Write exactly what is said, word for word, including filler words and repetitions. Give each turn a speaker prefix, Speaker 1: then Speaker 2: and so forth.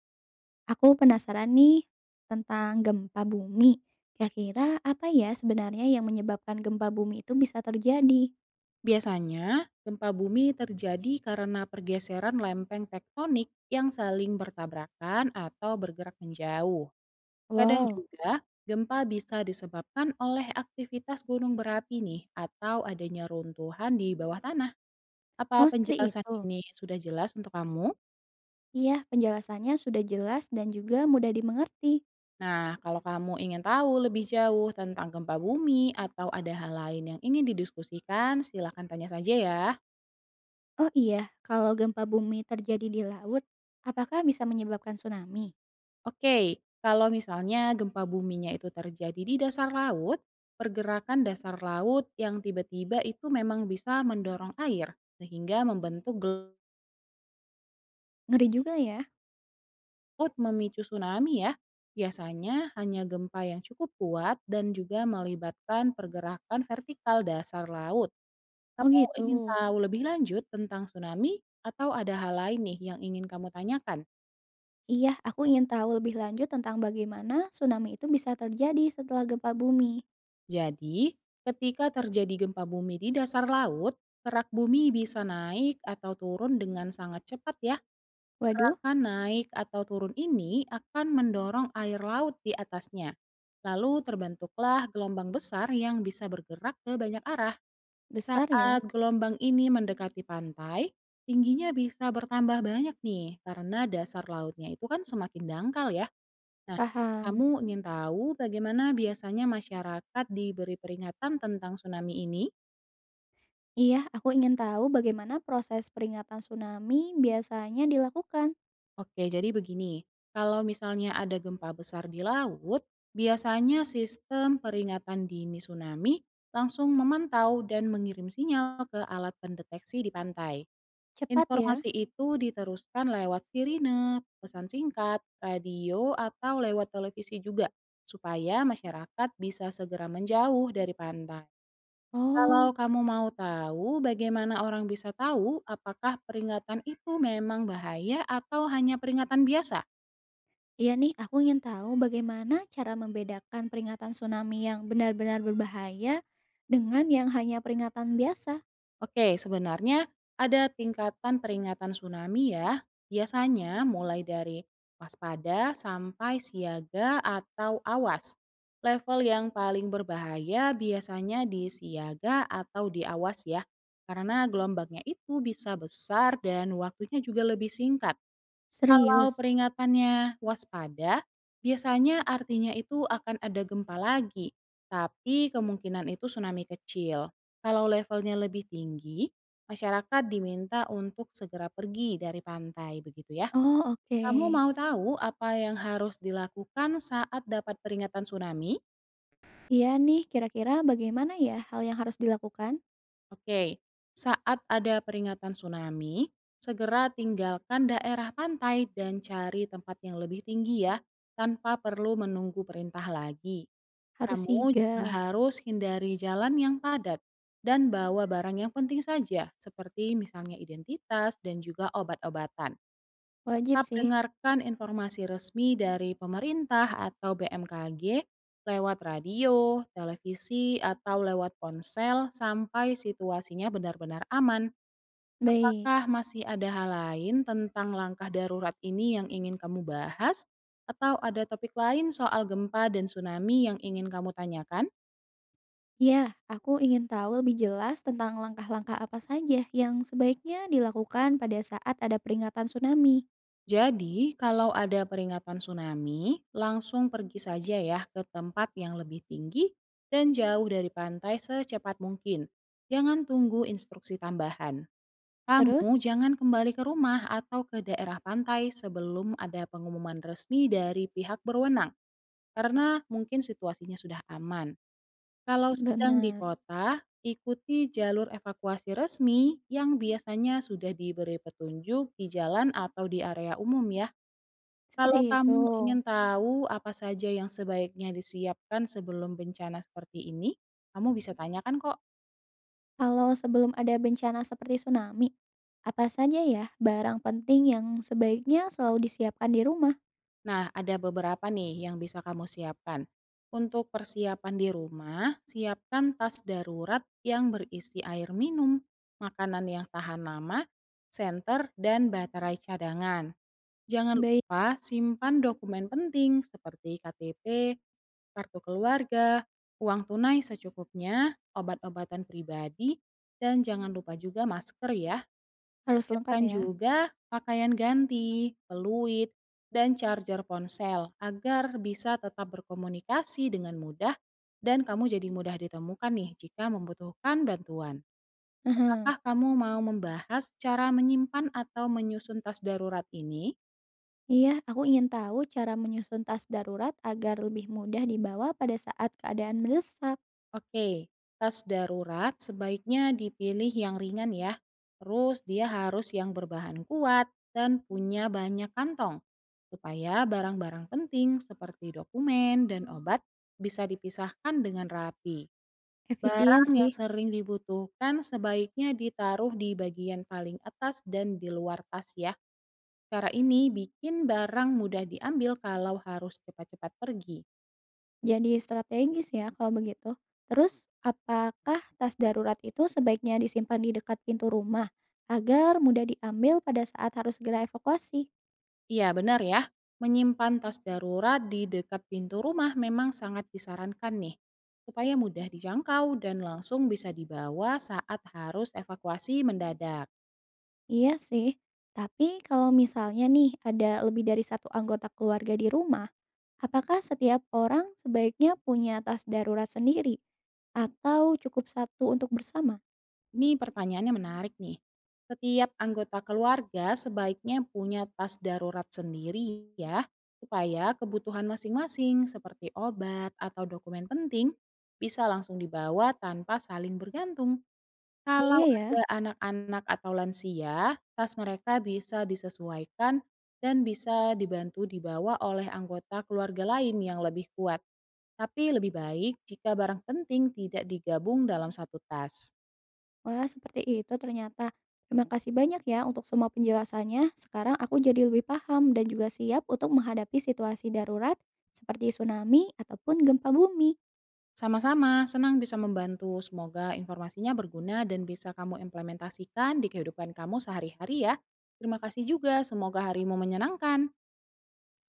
Speaker 1: Aku penasaran nih tentang gempa bumi. Kira-kira apa ya sebenarnya yang menyebabkan gempa bumi itu bisa terjadi?
Speaker 2: Biasanya, gempa bumi terjadi karena pergeseran lempeng tektonik yang saling bertabrakan atau bergerak menjauh. Kadang
Speaker 1: Wow,
Speaker 2: juga, gempa bisa disebabkan oleh aktivitas gunung berapi nih atau adanya runtuhan di bawah tanah. Apa
Speaker 1: oh seperti
Speaker 2: penjelasan
Speaker 1: itu.
Speaker 2: ini sudah jelas untuk kamu?
Speaker 1: Iya, penjelasannya sudah jelas dan juga mudah dimengerti.
Speaker 2: Nah, kalau kamu ingin tahu lebih jauh tentang gempa bumi atau ada hal lain yang ingin didiskusikan, silakan tanya saja ya.
Speaker 1: Oh iya, kalau gempa bumi terjadi di laut, apakah bisa menyebabkan tsunami?
Speaker 2: Oke, kalau misalnya gempa buminya itu terjadi di dasar laut, pergerakan dasar laut yang tiba-tiba itu memang bisa mendorong air, sehingga membentuk gelut
Speaker 1: Ngeri juga ya.
Speaker 2: memicu tsunami ya. Biasanya hanya gempa yang cukup kuat dan juga melibatkan pergerakan vertikal dasar laut.
Speaker 1: Oh
Speaker 2: Kamu ingin
Speaker 1: gitu.
Speaker 2: tahu lebih lanjut tentang tsunami atau ada hal lain nih yang ingin kamu tanyakan?
Speaker 1: Iya, aku ingin tahu lebih lanjut tentang bagaimana tsunami itu bisa terjadi setelah gempa bumi.
Speaker 2: Jadi, ketika terjadi gempa bumi di dasar laut, kerak bumi bisa naik atau turun dengan sangat cepat ya.
Speaker 1: Waduh,
Speaker 2: Gerakan naik atau turun ini akan mendorong air laut di atasnya. Lalu terbentuklah gelombang besar yang bisa bergerak ke banyak arah.
Speaker 1: besar ya.
Speaker 2: Saat gelombang ini mendekati pantai, tingginya bisa bertambah banyak nih karena dasar lautnya itu kan semakin dangkal ya. Nah,
Speaker 1: Paham.
Speaker 2: kamu ingin tahu bagaimana biasanya masyarakat diberi peringatan tentang tsunami ini?
Speaker 1: Iya, aku ingin tahu bagaimana proses peringatan tsunami biasanya dilakukan.
Speaker 2: Oke, jadi begini. Kalau misalnya ada gempa besar di laut, biasanya sistem peringatan dini tsunami langsung memantau dan mengirim sinyal ke alat pendeteksi di pantai.
Speaker 1: Cepat ya?
Speaker 2: Informasi itu diteruskan lewat sirine, pesan singkat, radio, atau lewat televisi juga, supaya masyarakat bisa segera menjauh dari pantai. Kalau
Speaker 1: Oh,
Speaker 2: kamu mau tahu bagaimana orang bisa tahu apakah peringatan itu memang bahaya atau hanya peringatan biasa?
Speaker 1: iya nih, aku ingin tahu bagaimana cara membedakan peringatan tsunami yang benar-benar berbahaya dengan yang hanya peringatan biasa.
Speaker 2: Oke, sebenarnya ada tingkatan peringatan tsunami ya. Biasanya mulai dari waspada sampai siaga atau awas. Level yang paling berbahaya biasanya di siaga atau di awas ya. Karena gelombangnya itu bisa besar dan waktunya juga lebih singkat. Kalau
Speaker 1: Serius?
Speaker 2: peringatannya waspada, biasanya artinya itu akan ada gempa lagi, tapi kemungkinan itu tsunami kecil. Kalau levelnya lebih tinggi, masyarakat diminta untuk segera pergi dari pantai, begitu ya.
Speaker 1: Oh, oke.
Speaker 2: Kamu mau tahu apa yang harus dilakukan saat dapat peringatan tsunami?
Speaker 1: Iya nih, kira-kira bagaimana ya hal yang harus dilakukan?
Speaker 2: Oke, saat ada peringatan tsunami, segera tinggalkan daerah pantai dan cari tempat yang lebih tinggi ya, tanpa perlu menunggu perintah lagi.
Speaker 1: Harus
Speaker 2: Kamu juga
Speaker 1: sigap.
Speaker 2: harus hindari jalan yang padat dan bawa barang yang penting saja, seperti misalnya identitas dan juga obat-obatan.
Speaker 1: Wajib
Speaker 2: Tetap
Speaker 1: sih.
Speaker 2: dengarkan informasi resmi dari pemerintah atau B M K G lewat radio, televisi, atau lewat ponsel sampai situasinya benar-benar aman.
Speaker 1: Baik.
Speaker 2: Apakah masih ada hal lain tentang langkah darurat ini yang ingin kamu bahas? Atau ada topik lain soal gempa dan tsunami yang ingin kamu tanyakan?
Speaker 1: Ya, aku ingin tahu lebih jelas tentang langkah-langkah apa saja yang sebaiknya dilakukan pada saat ada peringatan tsunami.
Speaker 2: Jadi, kalau ada peringatan tsunami, langsung pergi saja ya ke tempat yang lebih tinggi dan jauh dari pantai secepat mungkin. Jangan tunggu instruksi tambahan. Kamu
Speaker 1: Terus?
Speaker 2: jangan kembali ke rumah atau ke daerah pantai sebelum ada pengumuman resmi dari pihak berwenang, karena mungkin situasinya sudah aman. Kalau sedang di
Speaker 1: Benar,
Speaker 2: kota, ikuti jalur evakuasi resmi yang biasanya sudah diberi petunjuk di jalan atau di area umum ya.
Speaker 1: seperti
Speaker 2: Kalau kamu
Speaker 1: itu.
Speaker 2: ingin tahu apa saja yang sebaiknya disiapkan sebelum bencana seperti ini, kamu bisa Mhm. tanyakan kok.
Speaker 1: Kalau sebelum ada bencana seperti tsunami, apa saja ya barang penting yang sebaiknya selalu disiapkan di rumah?
Speaker 2: Nah, ada beberapa nih yang bisa kamu siapkan. Untuk persiapan di rumah, siapkan tas darurat yang berisi air minum, makanan yang tahan lama, senter, dan baterai cadangan. Jangan
Speaker 1: Baik,
Speaker 2: lupa simpan dokumen penting seperti K T P, kartu keluarga, uang tunai secukupnya, obat-obatan pribadi, dan jangan lupa juga masker ya.
Speaker 1: harus lengkap
Speaker 2: Siapkan
Speaker 1: ya.
Speaker 2: juga pakaian ganti, peluit, dan charger ponsel agar bisa tetap berkomunikasi dengan mudah dan kamu jadi mudah ditemukan nih jika membutuhkan bantuan.
Speaker 1: Aha.
Speaker 2: Apakah kamu mau membahas cara menyimpan atau menyusun tas darurat ini?
Speaker 1: Iya, aku ingin tahu cara menyusun tas darurat agar lebih mudah dibawa pada saat keadaan mendesak.
Speaker 2: Oke, tas darurat sebaiknya dipilih yang ringan ya. Terus dia harus yang berbahan kuat dan punya banyak kantong supaya barang-barang penting seperti dokumen dan obat bisa dipisahkan dengan rapi.
Speaker 1: Efisien
Speaker 2: Barang yang
Speaker 1: sih.
Speaker 2: sering dibutuhkan sebaiknya ditaruh di bagian paling atas dan di luar tas ya. Cara ini bikin barang mudah diambil kalau harus cepat-cepat pergi.
Speaker 1: Jadi strategis ya kalau begitu. Terus apakah tas darurat itu sebaiknya disimpan di dekat pintu rumah agar mudah diambil pada saat harus segera evakuasi?
Speaker 2: Iya, benar ya. Menyimpan tas darurat di dekat pintu rumah memang sangat disarankan nih, supaya mudah dijangkau dan langsung bisa dibawa saat harus evakuasi mendadak.
Speaker 1: Iya sih. Tapi kalau misalnya nih ada lebih dari satu anggota keluarga di rumah, apakah setiap orang sebaiknya punya tas darurat sendiri atau cukup satu untuk bersama?
Speaker 2: Ini pertanyaannya menarik nih. Setiap anggota keluarga sebaiknya punya tas darurat sendiri ya, supaya kebutuhan masing-masing seperti obat atau dokumen penting bisa langsung dibawa tanpa saling bergantung. Kalau
Speaker 1: Iya ya.
Speaker 2: ada anak-anak atau lansia, tas mereka bisa disesuaikan dan bisa dibantu dibawa oleh anggota keluarga lain yang lebih kuat. Tapi lebih baik jika barang penting tidak digabung dalam satu tas.
Speaker 1: Wah, seperti itu ternyata. Terima kasih banyak ya untuk semua penjelasannya. Sekarang aku jadi lebih paham dan juga siap untuk menghadapi situasi darurat seperti tsunami ataupun gempa bumi.
Speaker 2: Sama-sama, senang bisa membantu. Semoga informasinya berguna dan bisa kamu implementasikan di kehidupan kamu sehari-hari ya. Terima kasih juga, semoga harimu menyenangkan.